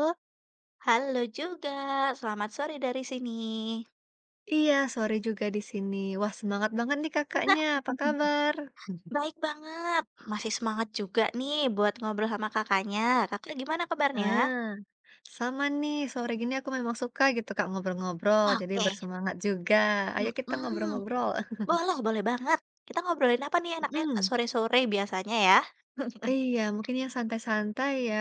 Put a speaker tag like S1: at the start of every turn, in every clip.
S1: Oh,
S2: Halo juga, selamat sore dari sini.
S1: iya sore juga di sini. Wah semangat banget nih Kakaknya, apa kabar?
S2: Baik banget, masih semangat juga nih buat ngobrol sama Kakaknya. Kakak gimana kabarnya?
S1: Nah, sama nih sore gini aku memang suka gitu Kak ngobrol-ngobrol, jadi
S2: Oke,
S1: bersemangat juga. Ayo kita
S2: mhm,
S1: ngobrol-ngobrol.
S2: boleh boleh banget. Kita ngobrolin apa nih enaknya, Kak,
S1: Mhm.
S2: sore-sore biasanya ya?
S1: Iya, mungkin yang santai-santai ya.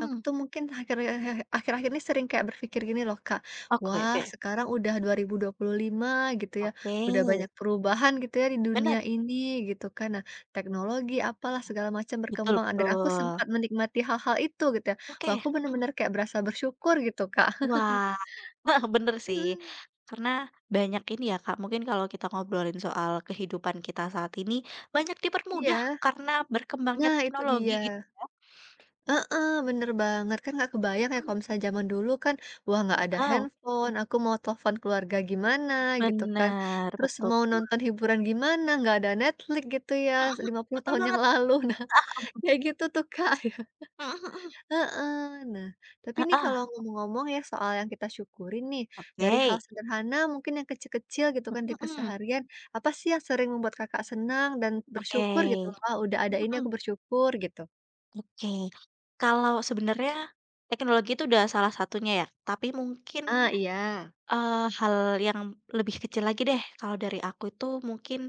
S1: Aku tuh mungkin akhir akhir-akhir ini sering kayak berpikir gini loh, Kak.
S2: oke
S1: Wah,
S2: oke.
S1: sekarang udah dua dua ribu dua puluh lima gitu ya.
S2: Oke,
S1: Udah banyak perubahan gitu ya di dunia
S2: benar,
S1: ini gitu kan. Nah, teknologi apalah segala macam
S2: betul
S1: berkembang dan aku
S2: betul.
S1: sempat menikmati hal-hal itu gitu ya.
S2: Oke,
S1: Wah, aku
S2: mhm.
S1: bener-bener kayak berasa bersyukur gitu, Kak.
S2: Wah, bener sih.
S1: Mhm,
S2: Karena banyak ini ya, Kak, mungkin kalau kita ngobrolin soal kehidupan kita saat ini, banyak dipermudah
S1: iya.
S2: karena berkembangnya
S1: Nah, itu
S2: teknologi gitu
S1: dia.
S2: ya.
S1: Heeh, bener banget, kan nggak kebayang ya
S2: Mhm,
S1: kalau misalnya zaman dulu kan, wah nggak ada
S2: heeh,
S1: handphone, aku mau telepon keluarga gimana gitu kan,
S2: bener,
S1: terus
S2: betul.
S1: mau nonton hiburan gimana, nggak ada Netflix gitu ya,
S2: Mhm
S1: lima
S2: mhm,
S1: puluh
S2: betul
S1: tahun yang
S2: banget.
S1: lalu. Nah, kayak gitu tuh Kak, ya.
S2: Mhm mhm,
S1: Heeh. Nah, tapi nih
S2: heeh,
S1: kalau ngomong-ngomong ya soal yang kita syukurin nih, dari hal
S2: oke.
S1: sederhana mungkin yang kecil-kecil gitu kan di
S2: Mhm mhm,
S1: keseharian, apa sih yang sering membuat Kakak senang dan bersyukur gitu loh,
S2: oke.
S1: "Ah, udah ada ini
S2: Mhm,
S1: aku bersyukur," gitu?
S2: oke. Kalau sebenarnya teknologi itu udah salah satunya ya, tapi mungkin
S1: Ah, iya.
S2: Hal yang lebih kecil lagi deh, kalau dari aku itu mungkin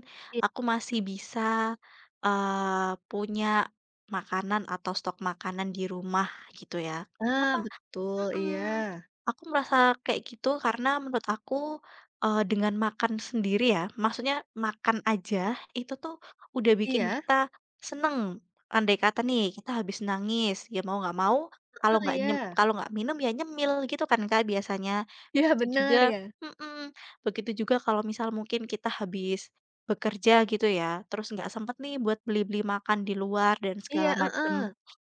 S2: aku masih bisa, punya makanan atau stok makanan di rumah gitu ya.
S1: Ah,
S2: Kenapa?
S1: betul, iya.
S2: Mhm. Aku merasa kayak gitu karena menurut aku, dengan makan sendiri ya, maksudnya makan aja itu tuh udah bikin
S1: Iya?
S2: kita seneng. Andai kata nih kita habis nangis, ya mau nggak mau kalau
S1: Ah,
S2: nggak nyem
S1: iya.
S2: kalau nggak minum ya nyemil gitu kan Kak biasanya.
S1: Iya,
S2: Begitu juga
S1: bener ya.
S2: mhm, begitu juga kalau misal mungkin kita habis bekerja gitu ya, terus nggak sempet nih buat beli-beli makan di luar dan
S1: Iya,
S2: segala
S1: heeh,
S2: macem.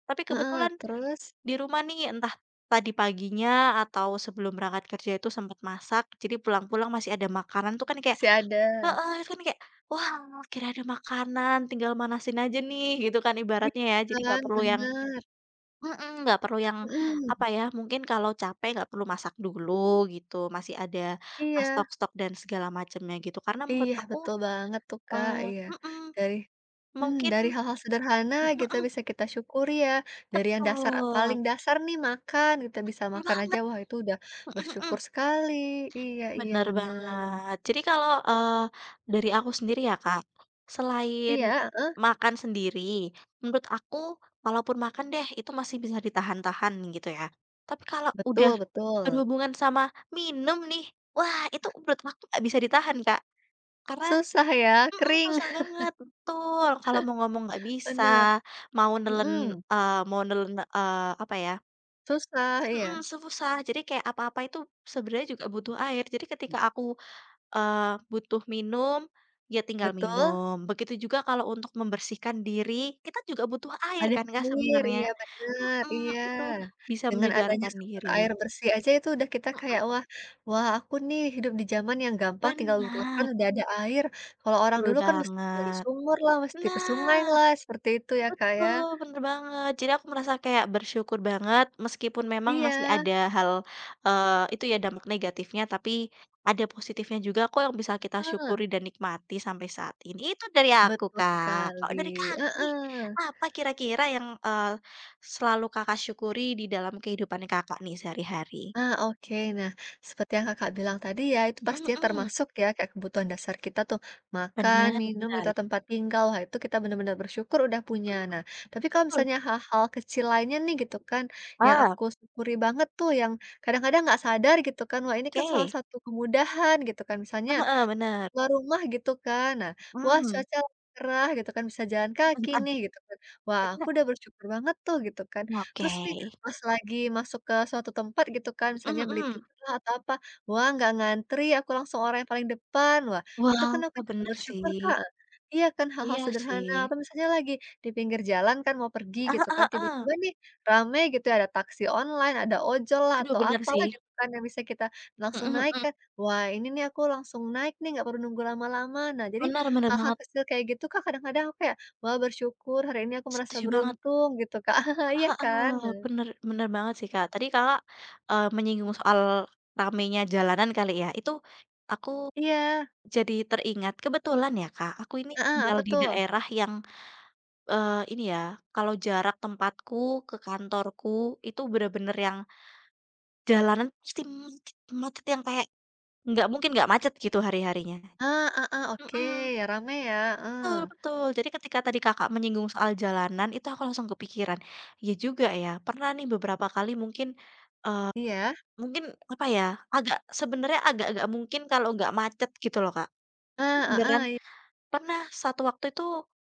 S2: Tapi
S1: heeh,
S2: kebetulan
S1: terus?
S2: di rumah nih, entah tadi paginya atau sebelum berangkat kerja itu sempat masak, jadi pulang-pulang masih ada makanan tuh kan kayak,
S1: Masih ada.
S2: heeh, itu kan kayak, "Wah, kira-kira ada makanan, tinggal manasin aja nih," gitu kan
S1: Iya
S2: ibaratnya ya. Jadi nggak
S1: kan,
S2: perlu yang
S1: bener,
S2: mhm, nggak perlu yang,
S1: mhm,
S2: apa ya, mungkin kalau capek nggak perlu masak dulu gitu, masih ada,
S1: iya
S2: stok-stok dan segala macamnya gitu. Karena menurut
S1: iya,
S2: aku,
S1: betul banget tuh, Kak,
S2: eee
S1: iya.
S2: mhm,
S1: Dari
S2: mungkin.
S1: dari hal-hal sederhana
S2: Mhm
S1: kita
S2: mhm,
S1: bisa kita syukuri ya, dari yang dasar
S2: betul,
S1: paling dasar nih makan, kita bisa
S2: betul
S1: makan aja,
S2: banget.
S1: wah itu udah bersyukur sekali. Iya iya,
S2: Bener
S1: bener.
S2: banget. Jadi kalau, dari aku sendiri ya, Kak, selain
S1: Iya, heeh,
S2: makan sendiri, menurut aku kalaupun makan deh itu masih bisa ditahan-tahan gitu ya. Tapi kalau udah
S1: betul betul.
S2: berhubungan sama minum nih, wah itu menurut aku nggak bisa ditahan, Kak. Karena,
S1: Susah ya,
S2: mhm,
S1: kering,
S2: susah banget, betul. Kalau mau ngomong nggak bisa,
S1: bener,
S2: mau nelen
S1: mhm.
S2: mau nelen, apa ya,
S1: Susah,
S2: mhm,
S1: iya.
S2: susah. Jadi kayak apa-apa itu sebenarnya juga butuh air. Jadi ketika aku butuh minum, ya tinggal
S1: Betul,
S2: minum. Begitu juga kalau untuk membersihkan diri, kita juga butuh air
S1: ada
S2: kan Kak
S1: air,
S2: sebenarnya.
S1: iya bener,
S2: Mhm,
S1: iya.
S2: itu bisa
S1: Dengan adanya
S2: menyegarkan
S1: sumber air
S2: diri.
S1: bersih aja itu udah kita kayak, "Wah wah aku nih hidup di zaman yang gampang tinggal Google kan
S2: Benar,
S1: udah ada air." Kalau orang
S2: betul
S1: dulu kan mesti dari
S2: banget.
S1: sumur lah, mesti ke sungai
S2: Nah.
S1: lah, seperti itu ya, Kak, ya.
S2: Betul, bener banget. Jadi aku merasa kayak bersyukur banget meskipun memang masih
S1: Iya,
S2: ada hal, itu ya dampak negatifnya, tapi ada positifnya juga kok yang bisa kita
S1: heeh,
S2: syukuri dan nikmati sampai saat ini. Itu dari aku,
S1: betul
S2: Kak.
S1: sekali,
S2: Kalau dari Kakak nih,
S1: heeh.
S2: apa kira-kira yang, selalu Kakak syukuri di dalam kehidupan Kakak nih sehari-hari?
S1: Ah, oke. Nah, seperti yang Kakak bilang tadi ya, itu
S2: Mhm
S1: pastinya
S2: mhm,
S1: termasuk ya kayak kebutuhan dasar kita tuh, makan,
S2: bener,
S1: minum, gitu, tempat tinggal. Wah, itu kita benar-benar bersyukur udah punya.
S2: mhm,
S1: Nah, tapi kalau
S2: betul.
S1: misalnya hal-hal kecil lainnya nih gitu kan, yang
S2: Ah,
S1: aku syukuri banget tuh, yang kadang-kadang nggak sadar gitu kan, wah ini kan salah
S2: oke.
S1: satu kemudahan gitu kan. Misalnya
S2: Heeh, bener.
S1: keluar rumah gitu kan. Nah, wah
S2: Mhm,
S1: cuaca lagi cerah gitu kan, bisa jalan kaki nih gitu kan. Wah aku udah bersyukur banget tuh gitu kan.
S2: oke,
S1: Terus nih pas lagi masuk ke suatu tempat gitu kan,
S2: mhm
S1: misalnya beli
S2: mhm.
S1: tiket lah atau apa, wah nggak ngantri, aku langsung orang yang paling depan. Wah itu
S2: Wah,
S1: kan aku juga
S2: bener
S1: bersyukur,
S2: sih.
S1: Kak. Iya kan hal-hal
S2: Iya
S1: sederhana,
S2: sih.
S1: atau misalnya lagi di pinggir jalan kan mau pergi
S2: Heeh
S1: gitu kan,
S2: heeh heeh.
S1: tiba-tiba nih rame gitu ya, ada taksi online, ada ojol lah atau
S2: Aduh bener
S1: apalah
S2: sih.
S1: gitu kan yang bisa kita langsung
S2: Mhm mhm.
S1: naik kan. Wah, ini nih aku langsung naik nih, nggak perlu nunggu lama-lama. Nah, jadi
S2: Bener bener
S1: hal-hal
S2: banget,
S1: kecil kayak gitu, Kak, kadang-kadang aku kayak, wah bersyukur hari ini aku merasa
S2: setuju banget.
S1: beruntung gitu, Kak. Iya
S2: Heeh
S1: kan?
S2: heeh.
S1: Nah,
S2: Bener bener banget sih, Kak. Tadi Kakak, menyinggung soal ramainya jalanan kali ya, itu aku
S1: iya.
S2: jadi teringat, kebetulan ya, Kak, aku ini
S1: Heeh,
S2: tinggal
S1: apa
S2: di
S1: tuh?
S2: daerah yang, ini ya, kalau jarak tempatku ke kantorku itu bener-bener yang jalanan pasti macet macet yang kayak nggak mungkin nggak macet gitu hari-harinya.
S1: Ah, ah, ah, oke,
S2: Mhm.
S1: ya rame ya,
S2: Betul
S1: heeh.
S2: betul. Jadi ketika tadi Kakak menyinggung soal jalanan, itu aku langsung kepikiran, iya juga ya, pernah nih beberapa kali eee,
S1: Iya,
S2: mungkin apa ya, agak sebenarnya agak-agak mungkin kalau nggak macet gitu loh, Kak.
S1: ah, ah,
S2: Beneran
S1: ah, iya.
S2: pernah satu waktu itu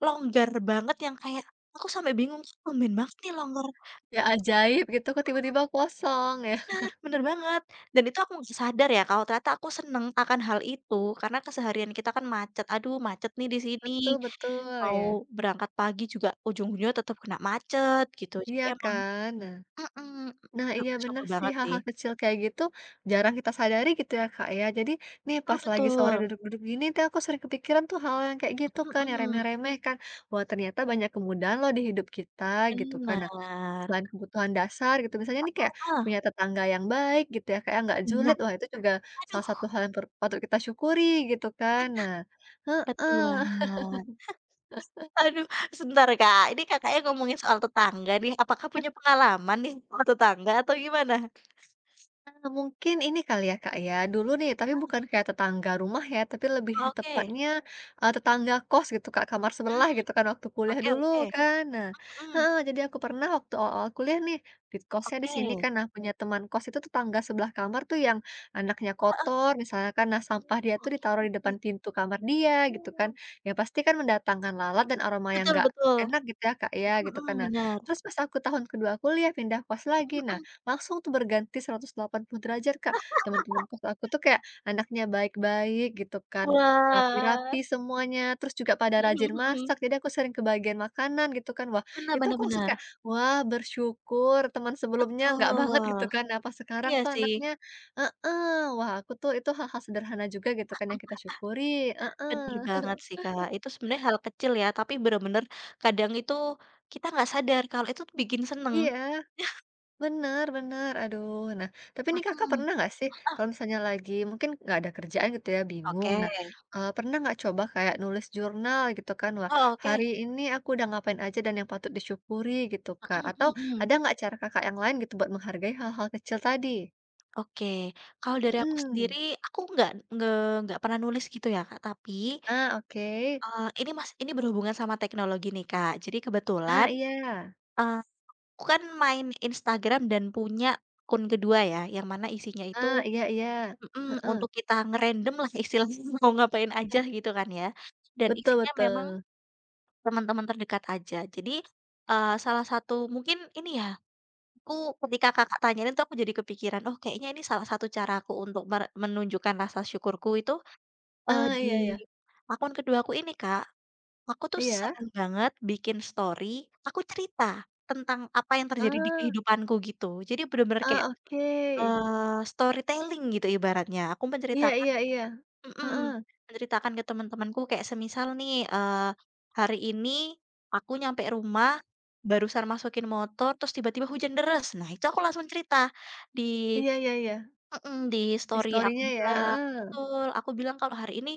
S2: longgar banget yang kayak aku sampai bingung, "Tumben banget nih longgar."
S1: Ya ajaib gitu kok tiba-tiba kosong ya.
S2: Bener banget, dan itu aku nggak sadar ya kalau ternyata aku seneng akan hal itu, karena keseharian kita kan macet, "Aduh macet nih di sini."
S1: Betul, betul
S2: Mau
S1: ya.
S2: berangkat pagi juga ujung-ujungnya tetap kena macet gitu. Jadi
S1: Iya
S2: emang,
S1: kan? Nah.
S2: mhm,
S1: Nah,
S2: bener
S1: iya bener
S2: bersyukur
S1: sih
S2: banget sih.
S1: hal-hal kecil kayak gitu jarang kita sadari gitu ya, Kak, ya. Jadi nih
S2: Betul
S1: pas lagi sore
S2: betul,
S1: duduk-duduk gini tuh aku sering kepikiran tuh hal yang kayak gitu
S2: mhm
S1: kan, yang
S2: mhm,
S1: remeh-remeh kan. Wah, ternyata banyak kemudahan loh di hidup kita gitu kan. Nah,
S2: bener.
S1: selain kebutuhan dasar gitu misalnya nih kayak
S2: Heeh,
S1: punya tetangga yang baik gitu ya, kayak nggak
S2: bener,
S1: julid. Wah, itu juga salah satu
S2: aduh
S1: hal yang patut kita syukuri gitu kan. Nah
S2: betul
S1: heeh.
S2: banget. Aduh sebentar Kak, ini Kakaknya ngomongin soal tetangga nih, apakah punya pengalaman nih soal tetangga atau gimana?
S1: Mungkin ini kali ya, Kak, ya, dulu nih tapi bukan kayak tetangga rumah ya, tapi lebih
S2: Oke,
S1: tepatnya, tetangga kos gitu, Kak, kamar sebelah
S2: mmm,
S1: gitu kan waktu kuliah
S2: oke
S1: dulu
S2: oke,
S1: kan. Nah
S2: mhm,
S1: heeh, jadi aku pernah waktu awal-awal kuliah nih, di kosnya
S2: oke,
S1: di sini
S2: heeh,
S1: kan, nah punya teman kos itu tetangga sebelah kamar tuh yang anaknya kotor misalnya kan, nah sampah dia tuh
S2: oke,
S1: ditaruh di depan pintu kamar dia gitu kan, ya pasti kan mendatangkan lalat dan aroma yang
S2: betul
S1: nggak
S2: betul,
S1: enak gitu ya, Kak, ya,
S2: mhm
S1: gitu kan.
S2: mhm,
S1: Nah,
S2: bener,
S1: terus pas aku tahun kedua kuliah pindah kos lagi,
S2: mhm
S1: nah
S2: mhm.
S1: langsung tuh berganti 180 derajat, Kak. Teman-teman kos aku tuh kayak anaknya baik-baik gitu kan,
S2: Wah.
S1: rapi-rapi semuanya, terus juga pada
S2: Mhm
S1: rajin
S2: mhm.
S1: masak, jadi aku sering kebagian makanan gitu kan. Wah,
S2: Bener
S1: itu
S2: bener
S1: aku langsung
S2: bener.
S1: kayak, "Wah, bersyukur teman sebelumnya nggak banget," gitu
S2: Betul.
S1: kan. Apa sekarang
S2: Iya
S1: tuh
S2: sih,
S1: anaknya heeh, wah aku tuh itu hal-hal sederhana juga gitu kan yang kita syukuri, heeh.
S2: bener banget sih, Kak. Itu sebenarnya hal kecil ya, tapi bener-bener kadang itu kita nggak sadar kalau itu tuh bikin seneng.
S1: Iya. Bener bener, aduh. Nah, tapi nih Kakak
S2: Mhm.
S1: pernah nggak sih kalau misalnya lagi mungkin nggak ada kerjaan gitu ya, bingung.
S2: Oke.
S1: Nah, pernah nggak coba kayak nulis jurnal gitu kan, wah
S2: Oh, oke.
S1: hari ini aku udah ngapain aja dan yang patut disyukuri gitu, Kak?
S2: Mhm
S1: Atau
S2: mhm mhm.
S1: ada nggak cara Kakak yang lain gitu buat menghargai hal-hal kecil tadi?
S2: Oke. Kalau dari aku
S1: Mhm.
S2: sendiri, aku nge nggak pernah nulis gitu ya, Kak, tapi,
S1: Ah, oke.
S2: ini berhubungan sama teknologi nih, Kak. Jadi
S1: Ah,
S2: kebetulan,
S1: iya.
S2: eee, aku kan main Instagram dan punya akun kedua ya, yang mana isinya itu,
S1: Ah, iya iya.
S2: Mhm,
S1: Heeh.
S2: untuk kita ngerandom lah istilahnya mau ngapain
S1: Nah,
S2: aja gitu kan ya, dan
S1: betul
S2: isinya memang
S1: betul.
S2: teman-teman terdekat aja. Jadi, salah satu mungkin ini ya, aku ketika Kakak tanyain itu aku jadi kepikiran, oh kayaknya ini salah satu caraku untuk menunjukkan rasa syukurku itu,
S1: Ah,
S2: di
S1: iya iya.
S2: akun kedua aku ini Kak, aku tuh
S1: Iya?
S2: sering banget bikin story, aku cerita tentang apa yang terjadi di
S1: Ah.
S2: kehidupanku gitu. Jadi bener-bener kayak,
S1: Ah, oke.
S2: storytelling gitu ibaratnya, aku
S1: Iya
S2: menceritakan
S1: iya iya.
S2: Mhm,
S1: Heeh.
S2: menceritakan ke teman-temanku kayak semisal nih, hari ini aku nyampe rumah, barusan masukin motor terus tiba-tiba hujan deras. Nah itu aku langsung cerita di
S1: Iya iya iya.
S2: mhm, di
S1: Di
S2: story, aku
S1: story-nya ya,
S2: bilang
S1: heeh,
S2: betul, aku bilang kalau hari ini,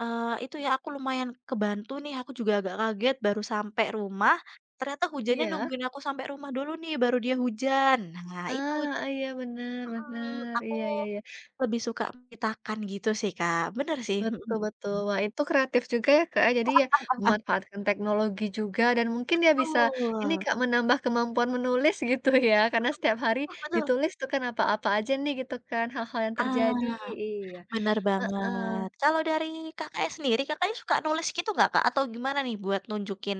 S2: itu ya aku lumayan kebantu nih, aku juga agak kaget baru sampai rumah, ternyata hujannya
S1: iya,
S2: nungguin aku sampai rumah dulu nih baru dia hujan. Nah itu,
S1: ah, iya bener
S2: mhm,
S1: bener,
S2: aku
S1: iya iya iya,
S2: lebih suka menceritakan gitu sih Kak, bener sih,
S1: betul
S2: mhm.
S1: betul. Wah itu kreatif juga ya, Kak, ya, jadi ya
S2: Betul,
S1: memanfaatkan teknologi juga dan mungkin ya bisa ini, Kak, menambah kemampuan menulis gitu ya, karena setiap hari
S2: betul betul,
S1: ditulis tuh kan apa-apa aja nih gitu kan, hal-hal yang terjadi,
S2: ah,
S1: iya,
S2: bener banget.
S1: heeh,
S2: Kalau dari Kakaknya sendiri, Kakaknya suka nulis gitu nggak, Kak? Atau gimana nih buat nunjukin,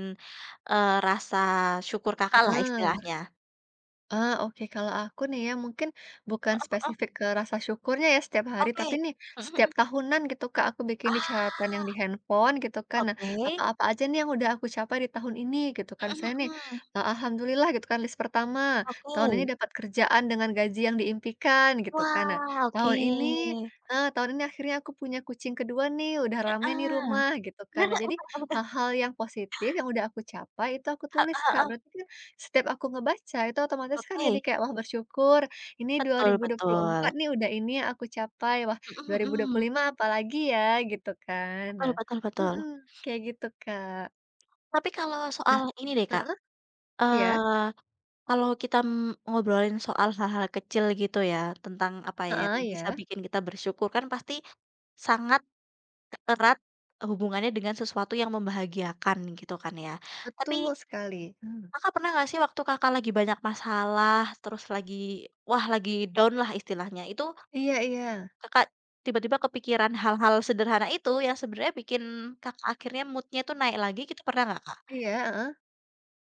S2: rasa syukur Kakaklah
S1: heeh.
S2: istilahnya?
S1: Ah, oke. Kalau aku nih ya, mungkin bukan
S2: Heeh,
S1: spesifik ke rasa syukurnya ya setiap hari,
S2: oke.
S1: tapi nih
S2: Mhm
S1: setiap
S2: mhm.
S1: tahunan gitu, Kak, aku bikin di catatan yang di
S2: Ah,
S1: handphone gitu kan. Nah,
S2: oke.
S1: apa-apa aja nih yang udah aku capai di tahun ini gitu kan.
S2: Mhm
S1: Misalnya nih,
S2: mhm,
S1: eh, alhamdulillah gitu kan list pertama, tahun ini
S2: oke.
S1: dapat kerjaan dengan gaji yang diimpikan gitu kan. Nah,
S2: Wah, oke.
S1: tahun ini ah, tahun ini akhirnya aku punya kucing kedua nih, udah rame nih
S2: Heeh.
S1: rumah gitu kan. Nah, jadi hal-hal yang positif yang udah aku capai itu aku
S2: Heeh
S1: tulis, Kak.
S2: heeh,
S1: Berarti kan setiap aku ngebaca itu otomatis kan jadi
S2: oke.
S1: kayak, wah bersyukur ini dua dua
S2: Betul
S1: ribu dua puluh empat
S2: betul.
S1: nih udah ini yang aku capai, wah
S2: Mhm
S1: dua dua ribu dua puluh
S2: mhm.
S1: lima apalagi ya gitu kan.
S2: Betul
S1: Nah
S2: betul betul.
S1: mhm, kayak gitu Kak.
S2: Tapi kalau
S1: Nah
S2: soal ini deh, Kak,
S1: heeh, iya,
S2: eee kalau kita, ngobrolin soal hal-hal kecil gitu ya, tentang apa ya, yang
S1: heeh, iya,
S2: bisa bikin kita bersyukur, kan pasti sangat erat hubungannya dengan sesuatu yang membahagiakan gitu kan ya. Tapi
S1: betul sekali. Mmm,
S2: Kakak pernah nggak sih waktu Kakak lagi banyak masalah, terus lagi, wah lagi down lah istilahnya, itu
S1: iya iya,
S2: Kakak tiba-tiba kepikiran hal-hal sederhana itu yang sebenarnya bikin Kakak akhirnya moodnya tuh naik lagi gitu pernah nggak, Kak?
S1: iya, heeh.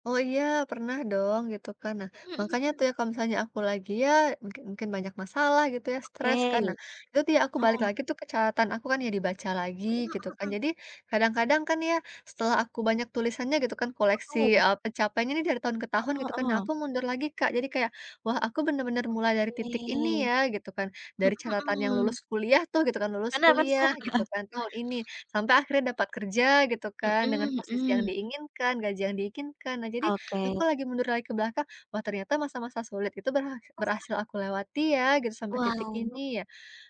S1: Oh iya, pernah dong gitu kan. Nah,
S2: Mhm mhm
S1: makanya tuh
S2: mhm,
S1: ya kalau misalnya aku lagi ya mungkin mungkin banyak masalah gitu ya, stres kan. Nah,
S2: oke.
S1: itu tuh ya aku balik
S2: Oh,
S1: lagi tuh ke catatan aku kan ya dibaca lagi
S2: mhm
S1: gitu
S2: mhm
S1: kan.
S2: mhm,
S1: Jadi kadang-kadang kan ya setelah aku banyak tulisannya gitu kan koleksi
S2: betul,
S1: eh, pencapaiannya ini dari tahun ke tahun
S2: heeh
S1: gitu kan. Nah,
S2: heeh.
S1: aku mundur lagi Kak. Jadi kayak wah, aku bener-bener mulai dari titik ini
S2: Oke.
S1: ya gitu kan.
S2: Mhm
S1: Dari catatan yang
S2: mhm.
S1: lulus kuliah tuh gitu kan, lulus
S2: Bener bener.
S1: kuliah gitu kan tahun ini. Sampai akhirnya dapat kerja gitu kan, dengan
S2: Mhm
S1: posisi yang
S2: mhm.
S1: diinginkan, gaji yang diinginkan. Nah, jadi
S2: Oke.
S1: aku lagi mundur lagi ke belakang, wah ternyata masa-masa sulit itu berhasil aku lewati ya gitu sampai titik
S2: Wow,
S1: ini ya.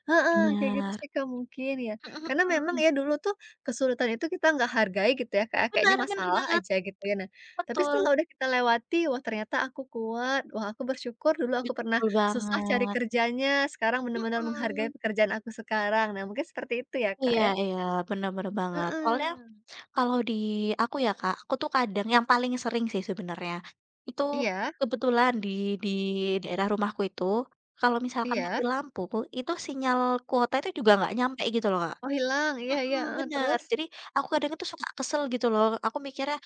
S1: Heeh, kayak gitu
S2: bener.
S1: sih, Kak, mungkin ya.
S2: Mhm
S1: Karena memang
S2: mhm.
S1: ya dulu tuh kesulitan itu kita nggak hargai gitu ya, kayak kayaknya
S2: Bener bener
S1: masalah
S2: banget.
S1: aja gitu ya. Nah, tapi
S2: Betul.
S1: setelah udah kita lewati, wah ternyata aku kuat, wah aku bersyukur dulu aku pernah
S2: Betul
S1: susah cari
S2: banget.
S1: kerjanya, sekarang benar-benar menghargai
S2: Mhm.
S1: pekerjaan aku sekarang. Nah, mungkin seperti itu ya, Kak,
S2: Iya
S1: ya.
S2: iya. Bener bener banget. Soalnya
S1: Heeh.
S2: kalau di aku ya, Kak, aku tuh kadang yang paling sering sih sebenarnya, itu
S1: Iya
S2: kebetulan di daerah rumahku itu, kalau misalkan
S1: iya.
S2: mati lampu, itu sinyal kuota itu juga nggak nyampe gitu loh, Kak.
S1: Oh hilang, iya iya,
S2: Mhm,
S1: heeh,
S2: bener.
S1: terus?
S2: Jadi aku kadang itu suka kesel gitu loh, aku mikirnya,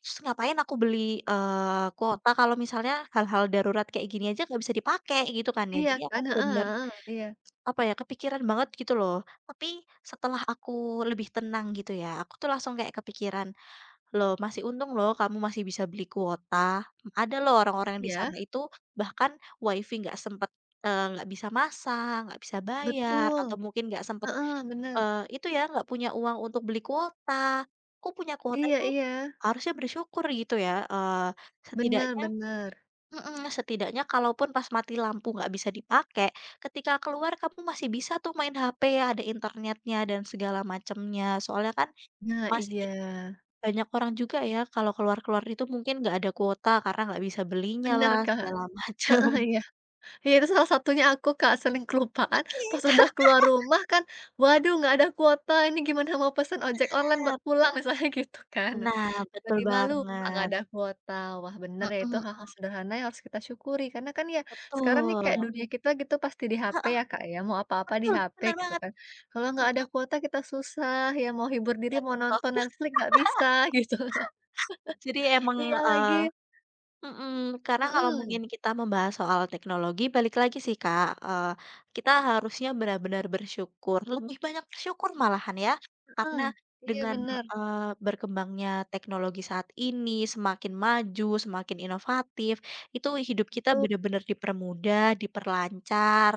S2: terus ngapain aku beli, kuota kalau misalnya hal-hal darurat kayak gini aja nggak bisa dipakai gitu kan ya.
S1: Iya
S2: Jadi aku
S1: kan, heeh
S2: bener-bener,
S1: heeh, iya.
S2: apa ya, kepikiran banget gitu loh. Tapi setelah aku lebih tenang gitu ya, aku tuh langsung kayak kepikiran, "Loh, masih untung loh kamu masih bisa beli kuota. Ada loh orang-orang di
S1: Iya,
S2: sana itu bahkan WiFi nggak sempet, nggak bisa masang, nggak bisa bayar, atau
S1: betul,
S2: mungkin nggak sempet,
S1: heeh, bener.
S2: Itu ya, nggak punya uang untuk beli kuota, kok punya kuota
S1: Iya
S2: itu
S1: iya,
S2: harusnya bersyukur gitu ya,
S1: bener
S2: setidaknya
S1: bener.
S2: mhm, setidaknya kalaupun pas mati lampu nggak bisa dipakai, ketika keluar kamu masih bisa tuh main HP, ada internetnya dan segala macamnya. Soalnya kan
S1: Nah
S2: masih
S1: iya,
S2: banyak orang juga ya kalau keluar-keluar itu mungkin nggak ada kuota karena nggak bisa belinya
S1: bener
S2: lah,
S1: Kak,
S2: segala
S1: heeh,
S2: macam."
S1: iya. Iya, itu salah satunya aku, Kak, sering kelupaan, pas
S2: Oke,
S1: udah keluar rumah kan, waduh nggak ada kuota, ini gimana mau pesen ojek online
S2: eee,
S1: buat pulang, misalnya gitu kan. Nah,
S2: nah betul
S1: tiba-tiba lupa nggak
S2: banget.
S1: ada kuota. Wah bener
S2: Mhm
S1: ya, itu hal-hal
S2: mhm,
S1: sederhana yang harus kita syukuri, karena kan ya sekarang nih kayak
S2: betul.
S1: dunia kita gitu pasti di HP ya, Kak, ya, mau apa-apa di
S2: Heeh,
S1: HP
S2: bener
S1: gitu
S2: banget.
S1: kan. Kalau nggak ada
S2: Mhm,
S1: kuota kita susah, ya mau hibur diri, mau
S2: betul.
S1: nonton Netflix nggak bisa gitu.
S2: Jadi emang,
S1: Iya lagi
S2: eee mhm, karena kalau
S1: mhm
S2: mungkin kita membahas soal teknologi balik lagi sih, Kak, kita harusnya benar-benar bersyukur, lebih banyak bersyukur malahan ya. Karena
S1: mhm. Iya
S2: dengan,
S1: bener,
S2: berkembangnya teknologi saat ini semakin maju, semakin inovatif, itu hidup kita
S1: tuh
S2: benar-benar dipermudah, diperlancar,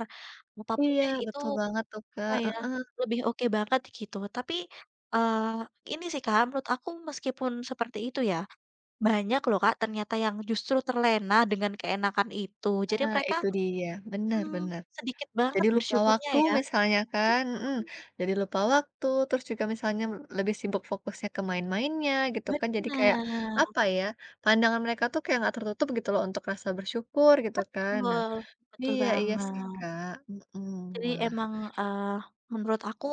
S2: apapun pun
S1: Iya,
S2: deh itu.
S1: betul banget tuh,
S2: Apa
S1: Kak,
S2: ya,
S1: heeh.
S2: lebih oke banget gitu. Tapi, eee, ini sih Kak, menurut aku meskipun seperti itu ya, banyak loh Kak ternyata yang justru terlena dengan keenakan itu. Jadi
S1: Nah,
S2: mereka,
S1: itu dia,
S2: mmm,
S1: benar-benar
S2: sedikit banget
S1: jadi lupa
S2: bersyukurnya
S1: waktu
S2: ya.
S1: misalnya kan, mhm, jadi lupa waktu, terus juga misalnya lebih sibuk fokusnya ke main-mainnya gitu kan, jadi kayak,
S2: Benar,
S1: apa ya, pandangan mereka tuh kayak nggak tertutup gitu loh untuk rasa bersyukur gitu kan. Nah
S2: betul, betul
S1: iya iya sih,
S2: banget.
S1: Kak, mhm,
S2: Jadi
S1: wah,
S2: emang, eee, menurut aku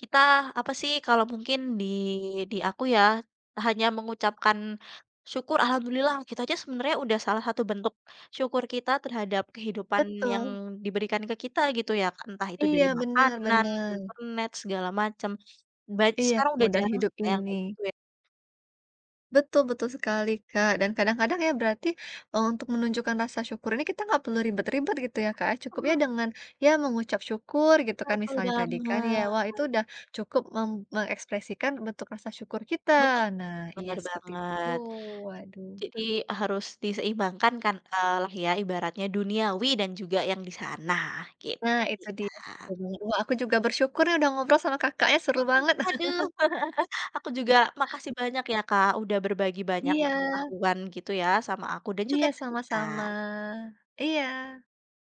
S2: kita apa sih kalau mungkin di aku ya, hanya mengucapkan syukur alhamdulillah kita aja sebenarnya udah salah satu bentuk syukur kita terhadap kehidupan yang
S1: betul,
S2: diberikan ke kita gitu ya, kan. Entah itu dari
S1: iya
S2: makanan,
S1: benar-benar
S2: internet, segala macam.
S1: iya
S2: Sekarang udah
S1: kemudahan
S2: jarang
S1: hidup
S2: sih Kak
S1: ini.
S2: kayak gitu ya.
S1: Betul betul sekali, Kak, dan kadang-kadang ya berarti, untuk menunjukkan rasa syukur ini kita nggak perlu ribet-ribet gitu ya, Kak, ya, cukup ya
S2: Betul
S1: dengan ya mengucap syukur gitu kan
S2: betul
S1: misalnya tadi kan
S2: banget,
S1: ya, wah itu udah cukup mengekspresikan bentuk rasa syukur kita.
S2: bener
S1: Nah iya
S2: bener
S1: seperti itu,
S2: banget.
S1: waduh.
S2: Jadi harus diseimbangkan kan, lah ya ibaratnya duniawi dan juga yang di sana,
S1: Nah
S2: gitu
S1: itu
S2: sih,
S1: dia, setuju
S2: Kak.
S1: banget. Wah aku juga bersyukur nih udah ngobrol sama Kakaknya seru
S2: Mhm,
S1: banget.
S2: aduh, aku juga makasih banyak ya, Kak, udah berbagi banyak
S1: Iya,
S2: pengetahuan gitu ya sama aku dan juga
S1: iya
S2: cerita.
S1: sama-sama. Iya.